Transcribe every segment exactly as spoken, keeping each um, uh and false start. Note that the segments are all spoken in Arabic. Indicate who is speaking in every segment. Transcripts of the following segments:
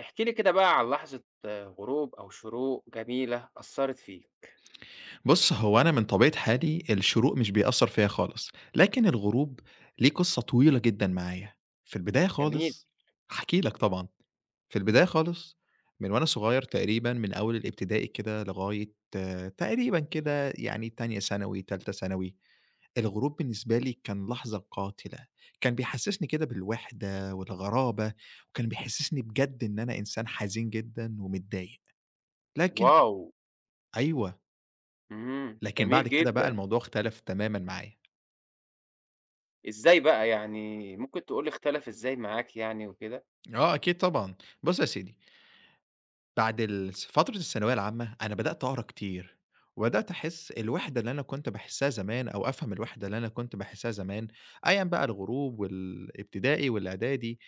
Speaker 1: احكِ لي كده بقى عن لحظة آه، غروب أو شروق جميلة أثّرت فيك.
Speaker 2: بُص، هو أنا من طبيعة حالي الشروق مش بيأثّر فيّا خالص، لكن الغروب ليه قصّة طويلة جدًا معايا. في البداية
Speaker 1: جميل،
Speaker 2: خالص هاحكي لك طبعًا، في البداية خالص من وأنا صغير تقريبًا من أول الابتدائي كده لغاية آه، تقريبًا كده يعني تانية ثانوي، تالتة ثانوي، الغروب بالنسبة لي كان لحظة قاتلة، كان بيحسّسني كده بالوحدة والغرابة، وكان بيحسّسني بجد إن أنا إنسان حزين جدًا ومتضايق. لكن
Speaker 1: واو!
Speaker 2: أيوه،
Speaker 1: إمم،
Speaker 2: لكن
Speaker 1: جميل
Speaker 2: بعد كده بقى
Speaker 1: جدًا.
Speaker 2: الموضوع اختلف تمامًا معايا.
Speaker 1: إزاي بقى يعني ممكن تقول لي اختلف إزاي معاك يعني وكده؟
Speaker 2: آه أكيد طبعًا. بُص يا سيدي، بعد الس فترة الثانوية العامة أنا بدأت أقرا كتير، وبدأت أحس الوحدة اللي أنا كنت باحسها زمان أو أفهم الوحدة اللي أنا كنت باحسها زمان أيًا بقى الغروب والابتدائي والإعدادي،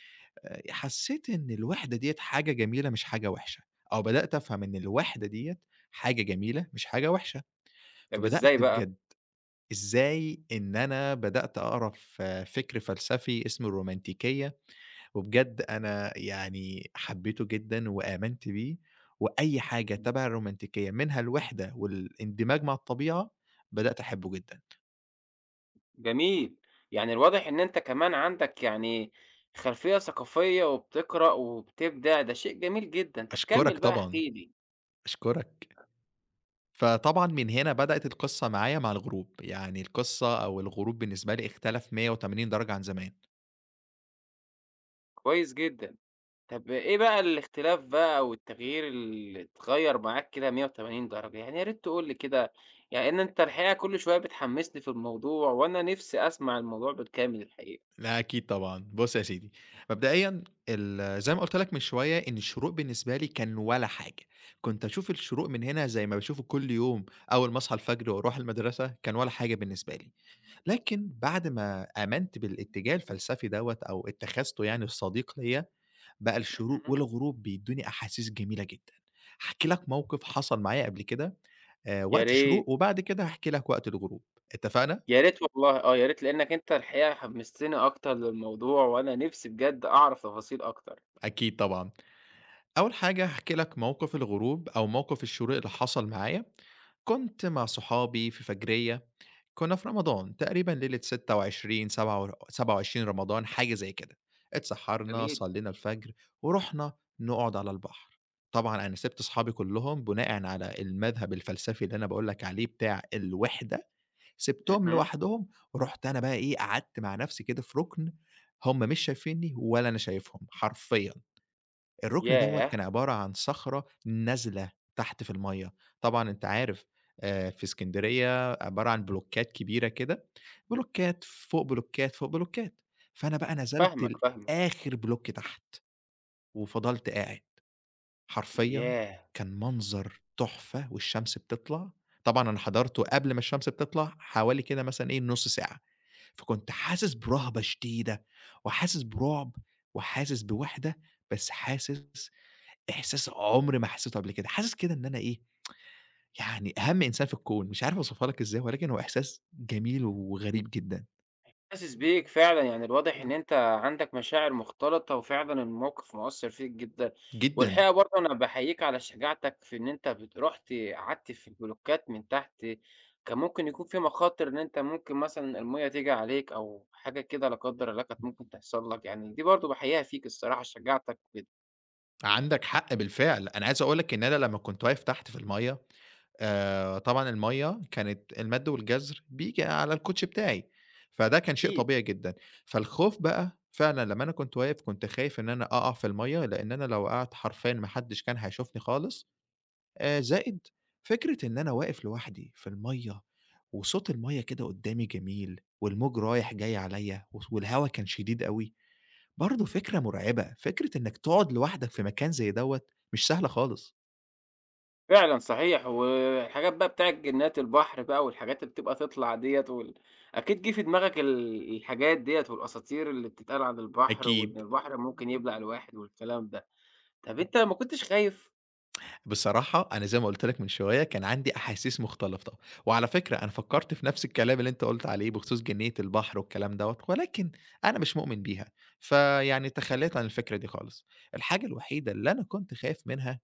Speaker 2: آآ حسيت إن الوحدة ديّة حاجة جميلة مش حاجة وحشة، أو بدأت أفهم إن الوحدة ديّة حاجة جميلة مش حاجة وحشة،
Speaker 1: طب
Speaker 2: فبدأت
Speaker 1: إزاي بقى؟
Speaker 2: بجد إزاي إن أنا بدأت أقرا ف فكر فلسفي اسمه الرومانتيكية وبجد أنا يعني حبيته جدًا وآمنت بيه، وأي حاجة
Speaker 1: إمم،
Speaker 2: تَبَع الرومانتيكية منها الوحدة والاندماج مع الطبيعة، بدأت أحبه جدًا.
Speaker 1: جميل. يعني الواضح إن أنت كمان عندك يعني خلفية ثقافية وبتقرأ وبتبدع، ده شيء جميل جدًا. طب
Speaker 2: أشكرك
Speaker 1: كمّل بقى احكِ
Speaker 2: طبعًا،
Speaker 1: لي.
Speaker 2: أشكرك. فطبعًا من هنا بدأت القصة معايا مع الغروب، يعني القصة أو الغروب بالنسبة لي اختلف مية وتمانين درجة عن زمان.
Speaker 1: كويس جدًا. طب إيه بقى الاختلاف بقى أو التغيير اللي اتغيّر معاك كده مية وتمانين درجة؟ يعني يا ريت تقول لي كده، لإن أنت الحقيقة كل شوية بتحمّسني في الموضوع وأنا نِفْسي أسمع الموضوع بالكامل الحقيقة.
Speaker 2: لا أكيد طبعًا. بُص يا سيدي، مبدئيًا ال زي ما قُلت لك من شوية إن الشروق بالنسبة لي كان ولا حاجة، كنت أشوف الشروق من هنا زي ما باشوفه كل يوم أول ما أصحى الفجر وأروح المدرسة، كان ولا حاجة بالنسبة لي. لكن بعد ما آمنت بالاتجاه الفلسفي دوّة أو اتخذته يعني الصديق ليّا، بقى الشروق
Speaker 1: اهم.
Speaker 2: والغروب بيدّوني أحاسيس جميلة جدًا. هاحكي لك موقف حصل معايا قبل كده آآ
Speaker 1: يا
Speaker 2: وقت
Speaker 1: ريت،
Speaker 2: شروق وبعد كده هاحكي لك وقت الغروب، اتفقنا؟
Speaker 1: يا ريت والله آه، يا ريت لإنّك أنت الحقيقة حمّستني أكتر للموضوع وأنا نِفْسي بجد أعرف تفاصيل أكتر.
Speaker 2: أكيد طبعًا. أول حاجة هاحكي لك موقف الغروب أو موقف الشروق اللي حصل معايا، كنت مع صحابي في فجرية، كنا في رمضان تقريبًا ليلة ستة وعشرين سبعة و سبعة وعشرين رمضان حاجة زي كده، اتسحرنا،
Speaker 1: جميل.
Speaker 2: صلينا الفجر، ورُحنا نقعد على البحر، طبعًا أنا سِبت صحابي كلّهم بناءً على المذهب الفلسفي اللي أنا باقول لك عليه بتاع الوِحدة، سِبتهم
Speaker 1: اهم.
Speaker 2: لوحدهم، ورُحت أنا بقى إيه قعدت مع نفسي كده في رُكن، هُم مش شايفينّي ولا أنا شايفهم حرفيًا. الركن دوّة
Speaker 1: ياه!
Speaker 2: كان عبارة عن صخرة نازلة تحت في المَيّة، طبعًا أنت عارف آآ في إسكندرية عبارة عن بلوكات كبيرة كده، بلوكات، فوق بلوكات، فوق بلوكات، فأنا بقى
Speaker 1: فاهمك،
Speaker 2: نزلت
Speaker 1: فاهمك.
Speaker 2: لآخر بلوك تحت، وفضلت قاعد، حرفيًا
Speaker 1: ياه!
Speaker 2: كان منظر تحفة والشمس بتطلع، طبعًا أنا حضرته قبل ما الشمس بتطلع حوالي كده مثلًا إيه نُص ساعة، فكنت حاسس برهبة شديدة، وحاسس برعب، وحاسس بوحدة، بس حاسس إحساس عمري ما حسّيته قبل كده، حاسس كده إن أنا إيه، يعني أهم إنسان في الكون، مش عارف أوصفها لك إزاي، ولكن هو إحساس جميل وغريب جدًا،
Speaker 1: حاسس بيك فعلًا، يعني الواضح إن أنت عندك مشاعر مختلطة، وفعلًا الموقف مأثّر فيك جدًا،
Speaker 2: جدًا.
Speaker 1: والحقيقة برضه أنا باحييك على شجاعتك في إن أنت بت رُحت قعدت في البلوكات من تحت، كان ممكن يكون في مخاطر إن أنت ممكن مثلًا المَيّة تيجي عليك أو حاجة كده لا قدّر الله كانت ممكن تحصل لك، يعني دي برضه باحييها فيك الصراحة شجاعتك وكده
Speaker 2: عندك حق بالفعل، أنا عايز أقول لك إن أنا لمّا كنت واقف تحت في المَيّة، آآ طبعًا المَيّة كانت المَد والجزر بييجي على الكوتشي بتاعي، فده كان شيء
Speaker 1: أكيد.
Speaker 2: طبيعي جدًا. فالخوف بقى فعلًا لمّا أنا كنت واقف، كنت خايف إن أنا أقع في المَيّة، لإن أنا لو وقعت حرفيًا ما حدّش كان هيشوفني خالص. آآ زائد فكرة إن أنا واقف لوحدي في المَيّة وصوت المَيّة كده قدّامي جميل والموج رايح جاي عليّا وص والهوا كان شديد أوي، برضه فكرة مرعبة، فكرة إنّك تقعد لوحدك في مكان زي دوّة مش سهلة خالص.
Speaker 1: فعلًا صحيح، والحاجات بقى بتاعة جنات البحر بقى والحاجات اللي بتبقى تطلع ديّة وال أكيد جه في دماغك ال الحاجات ديّة والأساطير اللي بتتقال عن البحر وإن
Speaker 2: أكيد.
Speaker 1: البحر ممكن يبلع الواحد والكلام ده، طَب أنت ما كنتش خايف؟
Speaker 2: بصراحة أنا زي ما قُلت لك من شوية كان عندي أحاسيس مختلطة، وعلى فكرة أنا فكّرت في نفس الكلام اللي أنت قُلت عليه بخصوص جنيّة البحر والكلام دوّة، ولكن أنا مش مؤمن بيها، فيعني تخلّيت عن الفكرة دي خالص. الحاجة الوحيدة اللي أنا كنت خايف منها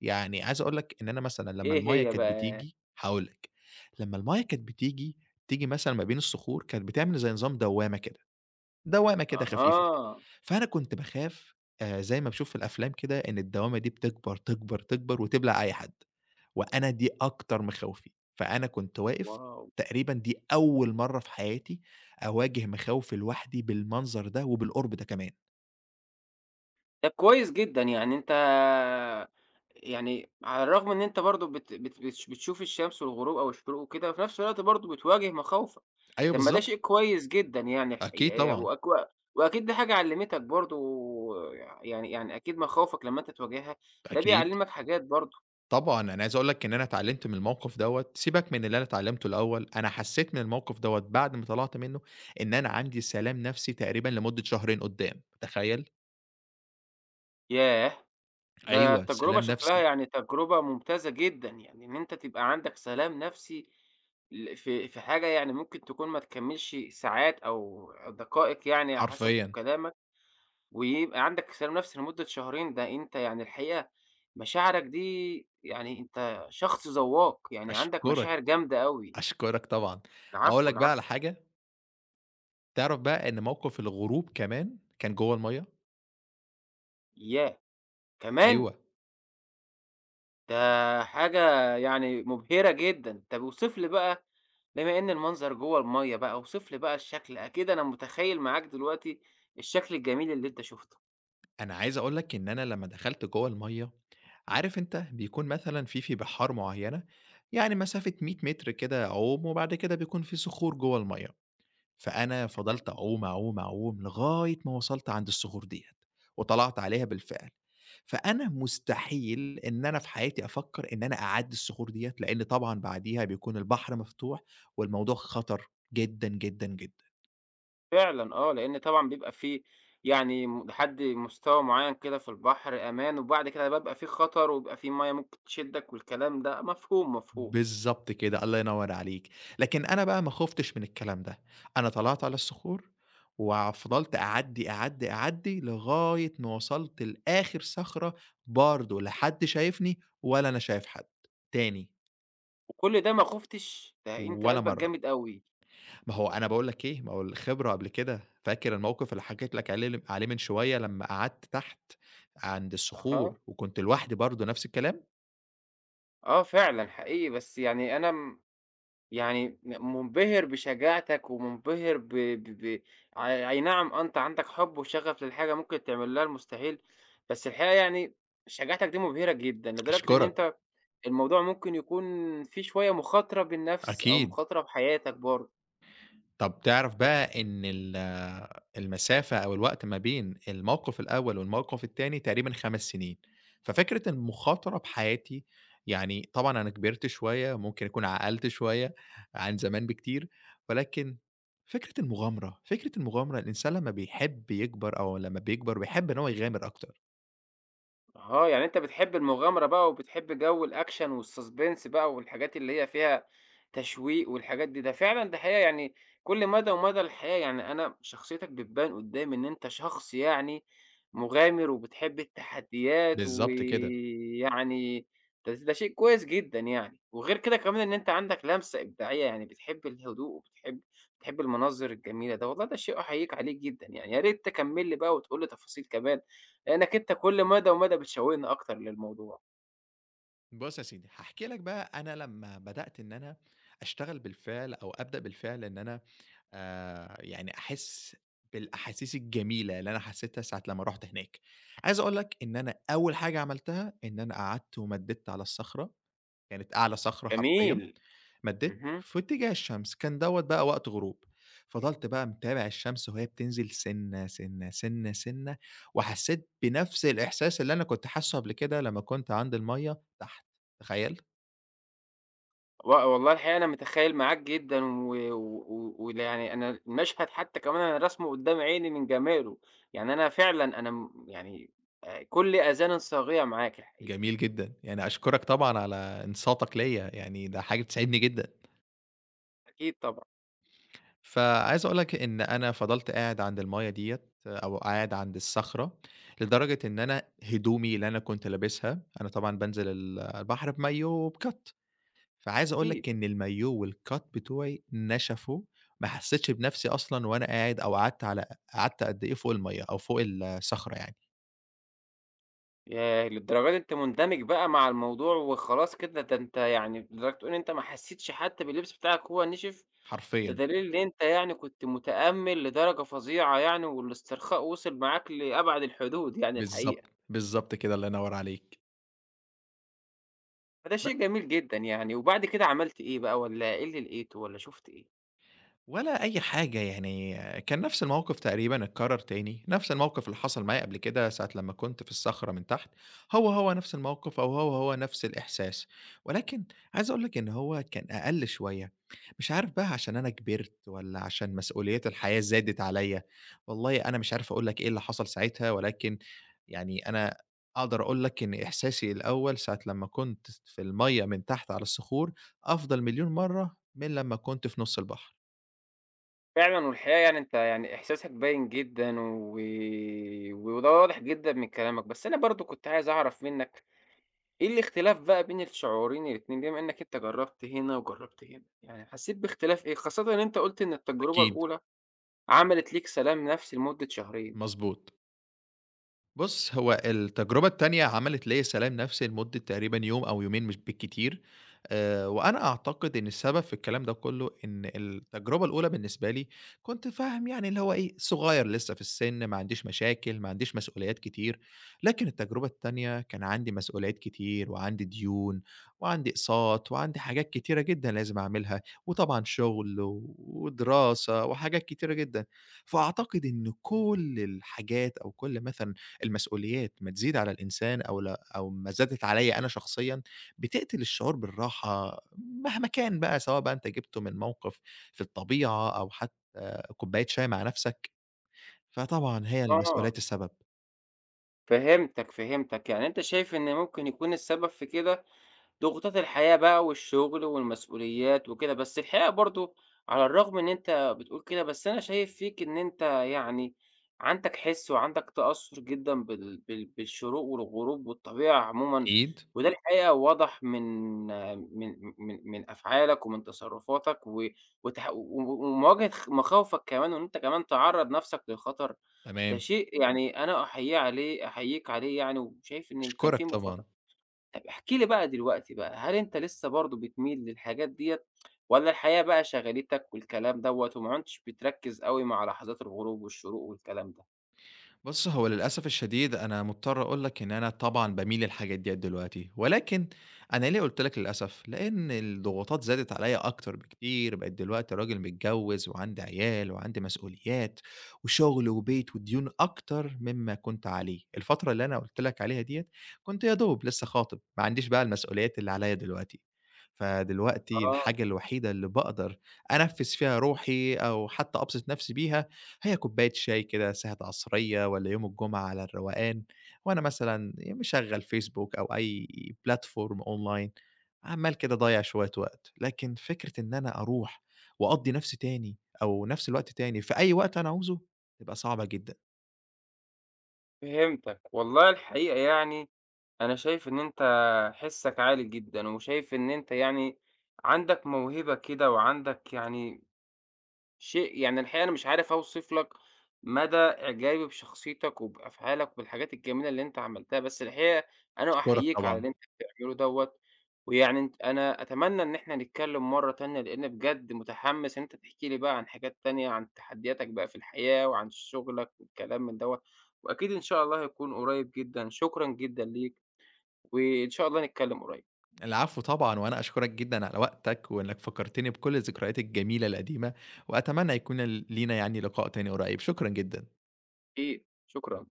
Speaker 2: يعني عايز أقول لك إن أنا مثلًا لمّا
Speaker 1: إيه
Speaker 2: المَيّة
Speaker 1: هي
Speaker 2: كانت
Speaker 1: بقى؟
Speaker 2: بتيجي هاقول لك، لمّا المَيّة كانت بتيجي، تيجي مثلًا ما بين الصخور، كانت بتعمل زي نظام دوّامة كده، دوّامة كده خفيفة،
Speaker 1: أها،
Speaker 2: فأنا كنت باخاف آآ زي ما باشوف في الأفلام كده إن الدوّامة دي بتكبر، تكبر، تكبر وتبلع أي حد، وأنا دي أكتر مخاوفي، فأنا كنت واقف
Speaker 1: واو!
Speaker 2: تقريبًا دي أول مرّة في حياتي أواجه مخاوفي لوحدي بالمنظر ده وبالقرب ده كمان.
Speaker 1: طب كويس جدًا، يعني أنت يعني على الرغم إن أنت برضه بت بت بتش بتشوف الشمس والغروب أو الشروق وكده، وفي نفس الوقت برضه بتواجه مخاوفك.
Speaker 2: أيوه
Speaker 1: طب ما ده شيء
Speaker 2: بالضبط،
Speaker 1: كويس جدًا يعني
Speaker 2: أكيد
Speaker 1: الحقيقة ي
Speaker 2: طبعًا،
Speaker 1: وأك وأكيد دي حاجة علمتك برضه يعني يعني أكيد مخاوفك لمّا أنت تواجهها ده
Speaker 2: أكيد.
Speaker 1: بيعلمك حاجات برضه،
Speaker 2: طبعًا، أنا عايز أقول لك إن أنا اتعلمت من الموقف دوّة، سيبك من اللي أنا اتعلمته الأول، أنا حسيت من الموقف دوّة بعد ما طلعت منه إن أنا عندي سلام نفسي تقريبًا لمدة شهرين قدّام، تخيل!
Speaker 1: ياه! ده
Speaker 2: أيوه،
Speaker 1: تجربة
Speaker 2: سلام
Speaker 1: شكلها
Speaker 2: نفسي،
Speaker 1: يعني تجربة ممتازة جدًا، يعني إن أنت تبقى عندك سلام نفسي ل في في حاجة يعني ممكن تكون ما تكمّلش ساعات أو دقائق يعني على حسب
Speaker 2: حرفيًا،
Speaker 1: كلامك، ويبقى عندك سلام نفسي لمدة شهرين، ده أنت يعني الحقيقة مشاعرك دي يعني أنت شخص ذواق، يعني عندك مشاعر
Speaker 2: أشكرك،
Speaker 1: جامدة أوي.
Speaker 2: أشكرك طبعًا. أقول
Speaker 1: العفو،
Speaker 2: لك بقى على
Speaker 1: العفو،
Speaker 2: حاجة، تعرف بقى إن موقف الغروب كمان كان جوّه المَيّة؟
Speaker 1: ياه! كمان!
Speaker 2: أيوه،
Speaker 1: ده حاجة يعني مبهرة جدًا. طب اوصف لي بقى بما إن المنظر جوّه المَيّة بقى، اوصف لي بقى الشكل، أكيد أنا متخيّل معاك دلوقتي الشكل الجميل اللي أنت شُفته.
Speaker 2: أنا عايز أقول لك إن أنا لمّا دخلت جوّه المَيّة، عارف أنت بيكون مثلًا في في بحار معيّنة، يعني مسافة مية متر كده عُوم، وبعد كده بيكون في صخور جوّه المَيّة. فأنا
Speaker 1: اهم،
Speaker 2: فضلت أعوم، أعوم، أعوم، لغاية ما وصلت عند الصخور ديّة، وطلعت عليها بالفعل. فأنا مستحيل إن أنا في حياتي أفكّر إن أنا أعدّي الصخور ديّة، لإن طبعًا بعديها بيكون البحر مفتوح، والموضوع خطر جدًا، جدًا، جدًا.
Speaker 1: فعلًا آه، لإن طبعًا بيبقى في يعني م لحد مستوى معيّن كده في البحر أمان، وبعد كده بيبقى في خطر، وبيبقى في مَيّة ممكن تشدّك والكلام ده، مفهوم، مفهوم.
Speaker 2: بالضبط كده، الله ينوّر عليك. لكن أنا بقى ما خُفتش من الكلام ده، أنا طلعت على الصخور، وفضلت أعدّي، أعدّي، أعدّي، لغاية ما وصلت لآخر صخرة برضه لا حد شايفني ولا أنا شايف حد تاني.
Speaker 1: وكل ده ما خُفتش؟ ده أنت
Speaker 2: ولا
Speaker 1: قلبك
Speaker 2: مرّة.
Speaker 1: جامد أوي.
Speaker 2: ما هو أنا باقول لك إيه، ما هو الخبرة قبل كده، فاكر الموقف اللي حكيت لك عليه ل عليه من شوية لمّا قعدت تحت عند
Speaker 1: أها،
Speaker 2: الصخور وكنت لوحدي برضه نفس الكلام؟
Speaker 1: آه فعلًا حقيقي، بس يعني أنا م يعني م منبهر بشجاعتك ومنبهر ب ب ب أي أي نعم أنت عندك حب وشغف للحاجة ممكن تعمل لها المستحيل، بس الحقيقة يعني شجاعتك دي مبهرة جدًا، لدرجة إن
Speaker 2: أشكرك،
Speaker 1: أنت الموضوع ممكن يكون فيه شوية مخاطرة بالنفس أو
Speaker 2: أكيد.
Speaker 1: مخاطرة بحياتك برضه.
Speaker 2: طب تعرف بقى إن ال المسافة أو الوقت ما بين الموقف الأول والموقف التاني تقريبًا 5 سنين، ففكرة المخاطرة بحياتي يعني طبعًا أنا كبرت شوية، ممكن أكون عقلت شوية عن زمان بكتير، ولكن فكرة المغامرة، فكرة المغامرة الإنسان لمّا بيحب يكبر أو لمّا بيكبر بيحب إن هو يغامر أكتر.
Speaker 1: آه، يعني أنت بتحب المغامرة بقى وبتحب جو الأكشن والsuspense بقى والحاجات اللي هي فيها تشويق والحاجات دي، ده فعلًا ده حقيقة يعني كل مدى ومدى الحياة، يعني أنا شخصيتك بتبان قدّامي إن أنت شخص يعني مغامر وبتحب التحديات
Speaker 2: بالضبط كده.
Speaker 1: ويعني ده ده شيء كويس جدًا يعني، وغير كده كمان إن أنت عندك لمسة إبداعية، يعني بتحب الهدوء وبتحب بتحب المناظر الجميلة، ده والله ده شيء أحييك عليه جدًا يعني، يا ريت تكمّل لي بقى وتقول لي تفاصيل كمان لأنك أنت كل مدى ومدى بتشوّقني أكتر للموضوع.
Speaker 2: بُص يا سيدي، هاحكي لك بقى أنا لمّا بدأت إن أنا أشتغل بالفعل أو أبدأ بالفعل إن أنا آآ يعني أحس بالأحاسيس الجميلة اللي أنا حسيتها ساعة لمّا رُحت هناك. عايز أقول لك إن أنا أول حاجة عملتها إن أنا قعدت ومدِّدت على الصخرة كانت أعلى صخرة حرفيًا،
Speaker 1: جميل.
Speaker 2: مدّيت
Speaker 1: اهم.
Speaker 2: في اتجاه الشمس، كان دوّة بقى وقت غروب، فضلت بقى متابع الشمس وهي بتنزل سِنّة، سِنّة، سِنّة، سِنّة، وحسّيت بنفْس الإحساس اللي أنا كنت حاسّه قبل كده لمّا كنت عند المَيّة تحت، تخيّل؟
Speaker 1: و والله الحقيقة أنا متخيّل معاك جدًا ويعني و و وال يعني أنا المشهد حتّى كمان أنا راسمه قدّام عيني من جماله. يعني أنا فعلًا أنا م يعني آآ كُلّي آذان صاغية معاك الحقيقة.
Speaker 2: جميل جدًا، يعني أشكرك طبعًا على إنصاتك ليّا، يعني ده حاجة بتسعدني جدًا.
Speaker 1: أكيد طبعًا،
Speaker 2: فعايز أقول لك إن أنا فضلت قاعد عند المَيّة ديّة أو قاعد عند الصخرة، لدرجة إن أنا هدومي اللي أنا كنت لابسها أنا طبعًا بانزل ال البحر بمايو وبكَت، فعايز أقول
Speaker 1: أكيد.
Speaker 2: لك إن المايو والكَت بتوعي نشفوا، ما حسيتش بنفسي أصلًا وأنا قاعد أو قعدت على قعدت قد إيه فوق المَيّة أو فوق الصخرة يعني،
Speaker 1: ياه! للدرجة دي أنت مندمج بقى مع الموضوع وخلاص كده، ده أنت يعني لدرجة تقول إن أنت ما حسيتش حتى باللبس بتاعك وهو نشف،
Speaker 2: حرفيًا،
Speaker 1: بدليل إن أنت يعني كنت متأمل لدرجة فظيعة يعني، والاسترخاء وصل معاك لأبعد الحدود يعني
Speaker 2: بالضبط،
Speaker 1: الحقيقة،
Speaker 2: بالضبط كده، الله ينوّر عليك.
Speaker 1: فده شيء جميل جدًا يعني، وبعد كده عملت إيه بقى والّا إيه اللي لقيته والّا شُفت إيه؟
Speaker 2: ولا أي حاجة، يعني كان نفس الموقف تقريبًا اتكرر تاني، نفس الموقف اللي حصل معايا قبل كده ساعة لمّا كنت في الصخرة من تحت، هو، هو نفس الموقف أو هو، هو نفس الإحساس، ولكن عايز أقول لك إن هو كان أقل شوية، مش عارف بقى عشان أنا كبرت والّا عشان مسؤوليات الحياة زادت عليَّ، والله أنا مش عارف أقول لك إيه اللي حصل ساعتها، ولكن يعني أنا أقدر أقول لك إن إحساسي الأول ساعة لمّا كنت في المَيَّة من تحت على الصخور أفضل مليون مرة من لمّا كنت في نُص البحر.
Speaker 1: فعلًا والحقيقة يعني أنت يعني إحساسك باين جدًا و وده واضح جدًا من كلامك، بس أنا برضه كنت عايز أعرف منك إيه الاختلاف بقى بين الشعورين الاتنين، بما إنك أنت جرّبت هنا وجرّبت هنا، يعني حسّيت باختلاف إيه؟ خاصةً إن أنت قُلت إن التجربة
Speaker 2: أكيد،
Speaker 1: الأولى عملت ليك سلام نفسي لمدة شهرين.
Speaker 2: مضبوط. بُص، هو التجربة التانية عملت ليّا سلام نفسي لمدة تقريبًا يوم أو يومين مش بالكتير، آآ، وأنا أعتقد إن السبب في الكلام ده كله إن التجربة الأولى بالنسبة لي كنت فاهم يعني اللي هو إيه، صغير لسه في السن، ما عنديش مشاكل، ما عنديش مسؤوليات كتير، لكن التجربة التانية كان عندي مسؤوليات كتير، وعندي ديون، وعندي أقساط، وعندي حاجات كتيرة جدًا لازم أعملها، وطبعًا شغل و- ودراسة وحاجات كتيرة جدًا، فأعتقد إن كل الحاجات أو كل مثلًا المسؤوليات ما تزيد على الإنسان أو لا أو ما زادت عليّا أنا شخصيًا، بتقتل الشعور بالراحة مهما كان بقى، سواء بقى أنت جِبته من موقف في الطبيعة أو حتى كوباية شاي مع نَفْسك، فطبعًا هي
Speaker 1: آه،
Speaker 2: المسؤوليات السبب.
Speaker 1: فهمتك، فهمتك، يعني أنت شايف إن ممكن يكون السبب في كده ضغوطات الحياة بقى والشغل والمسؤوليات وكده، بس الحقيقة برضه على الرغم إن أنت بتقول كده، بس أنا شايف فيك إن أنت يعني عندك حِس وعندك تأثُّر جدًا بال بال بالشروق والغروب والطبيعة عمومًا،
Speaker 2: أكيد،
Speaker 1: وده الحقيقة واضح من من من من أفعالك ومن تصرُّفاتك و وتح و ومواجهة خ مخاوفك كمان وإن أنت كمان تعرّض نَفْسك للخطر، ده
Speaker 2: تمام،
Speaker 1: شيء يعني أنا أحييه عليه أحييك عليه يعني وشايف إن كان
Speaker 2: أشكرك
Speaker 1: في
Speaker 2: طبعًا.
Speaker 1: مخاطرات طب احكِ لي بقى دلوقتي بقى، هل أنت لسه برضه بتميل للحاجات ديّة والّا الحياة بقى شَغَلتك والكلام دوّة وما عُدتش بتركّز أوي مع لحظات الغروب والشروق والكلام ده؟
Speaker 2: بُص، هو للأسف الشديد أنا مضطر أقول لك إن أنا طبعًا باميل للحاجات ديّة دلوقتي، ولكن أنا ليه قُلت لك للأسف، لإن الضغوطات زادت عليّا أكتر بكتير، بقيت دلوقتي راجل متجوّز وعندي عيال وعندي مسؤوليات وشغل وبيت وديون أكتر مما كنت عليه، الفترة اللي أنا قُلت لك عليها ديّة كنت يا دوب لسه خاطب، ما عنديش بقى المسؤوليات اللي عليّا دلوقتي، فدلوقتي
Speaker 1: آه،
Speaker 2: الحاجة الوحيدة اللي باقدر أنفّذ فيها روحي أو حتى أبسط نفسي بيها هي كوباية شاي كده، ساعة عصرية والّا يوم الجمعة على الروقان، وأنا مثلًا مشغّل فيسبوك أو أي platform online، عمّال كده أضيّع شوية وقت، لكن فكرة إن أنا أروح وأقضّي نَفْسي تاني أو نَفْس الوقت تاني في أي وقت أنا عاوزه، تبقى صعبة جدًا.
Speaker 1: فهمتك. والله الحقيقة يعني أنا شايف إن أنت حِسّك عالي جدًا وشايف إن أنت يعني عندك موهبة كده وعندك يعني شيء يعني الحقيقة أنا مش عارف أوصف لك مدى إعجابي بشخصيتك وبأفعالك وبالحاجات الجميلة اللي أنت عملتها، بس الحقيقة أنا
Speaker 2: أشكرك
Speaker 1: أحييك على
Speaker 2: طبعًا.
Speaker 1: اللي أنت بتعمله دوّة، ويعني أنت أنا أتمنى إن إحنا نتكلم مرّة تانية، لإن بجد متحمس إن أنت تحكي لي بقى عن حاجات تانية، عن تحدياتك بقى في الحياة وعن شغلك والكلام من دوّة، وأكيد إن شاء الله هيكون قريب جدًا، شكرًا جدًا ليك، وإن شاء الله نتكلم قريب،
Speaker 2: العفو طبعًا، وأنا أشكرك جدًا على وقتك وإنّك فكّرتني بكل الذكريات الجميلة القديمة، وأتمنى يكون ال لينا يعني لقاء تاني قريب. شكرًا جدًا.
Speaker 1: أكيد، شكرًا.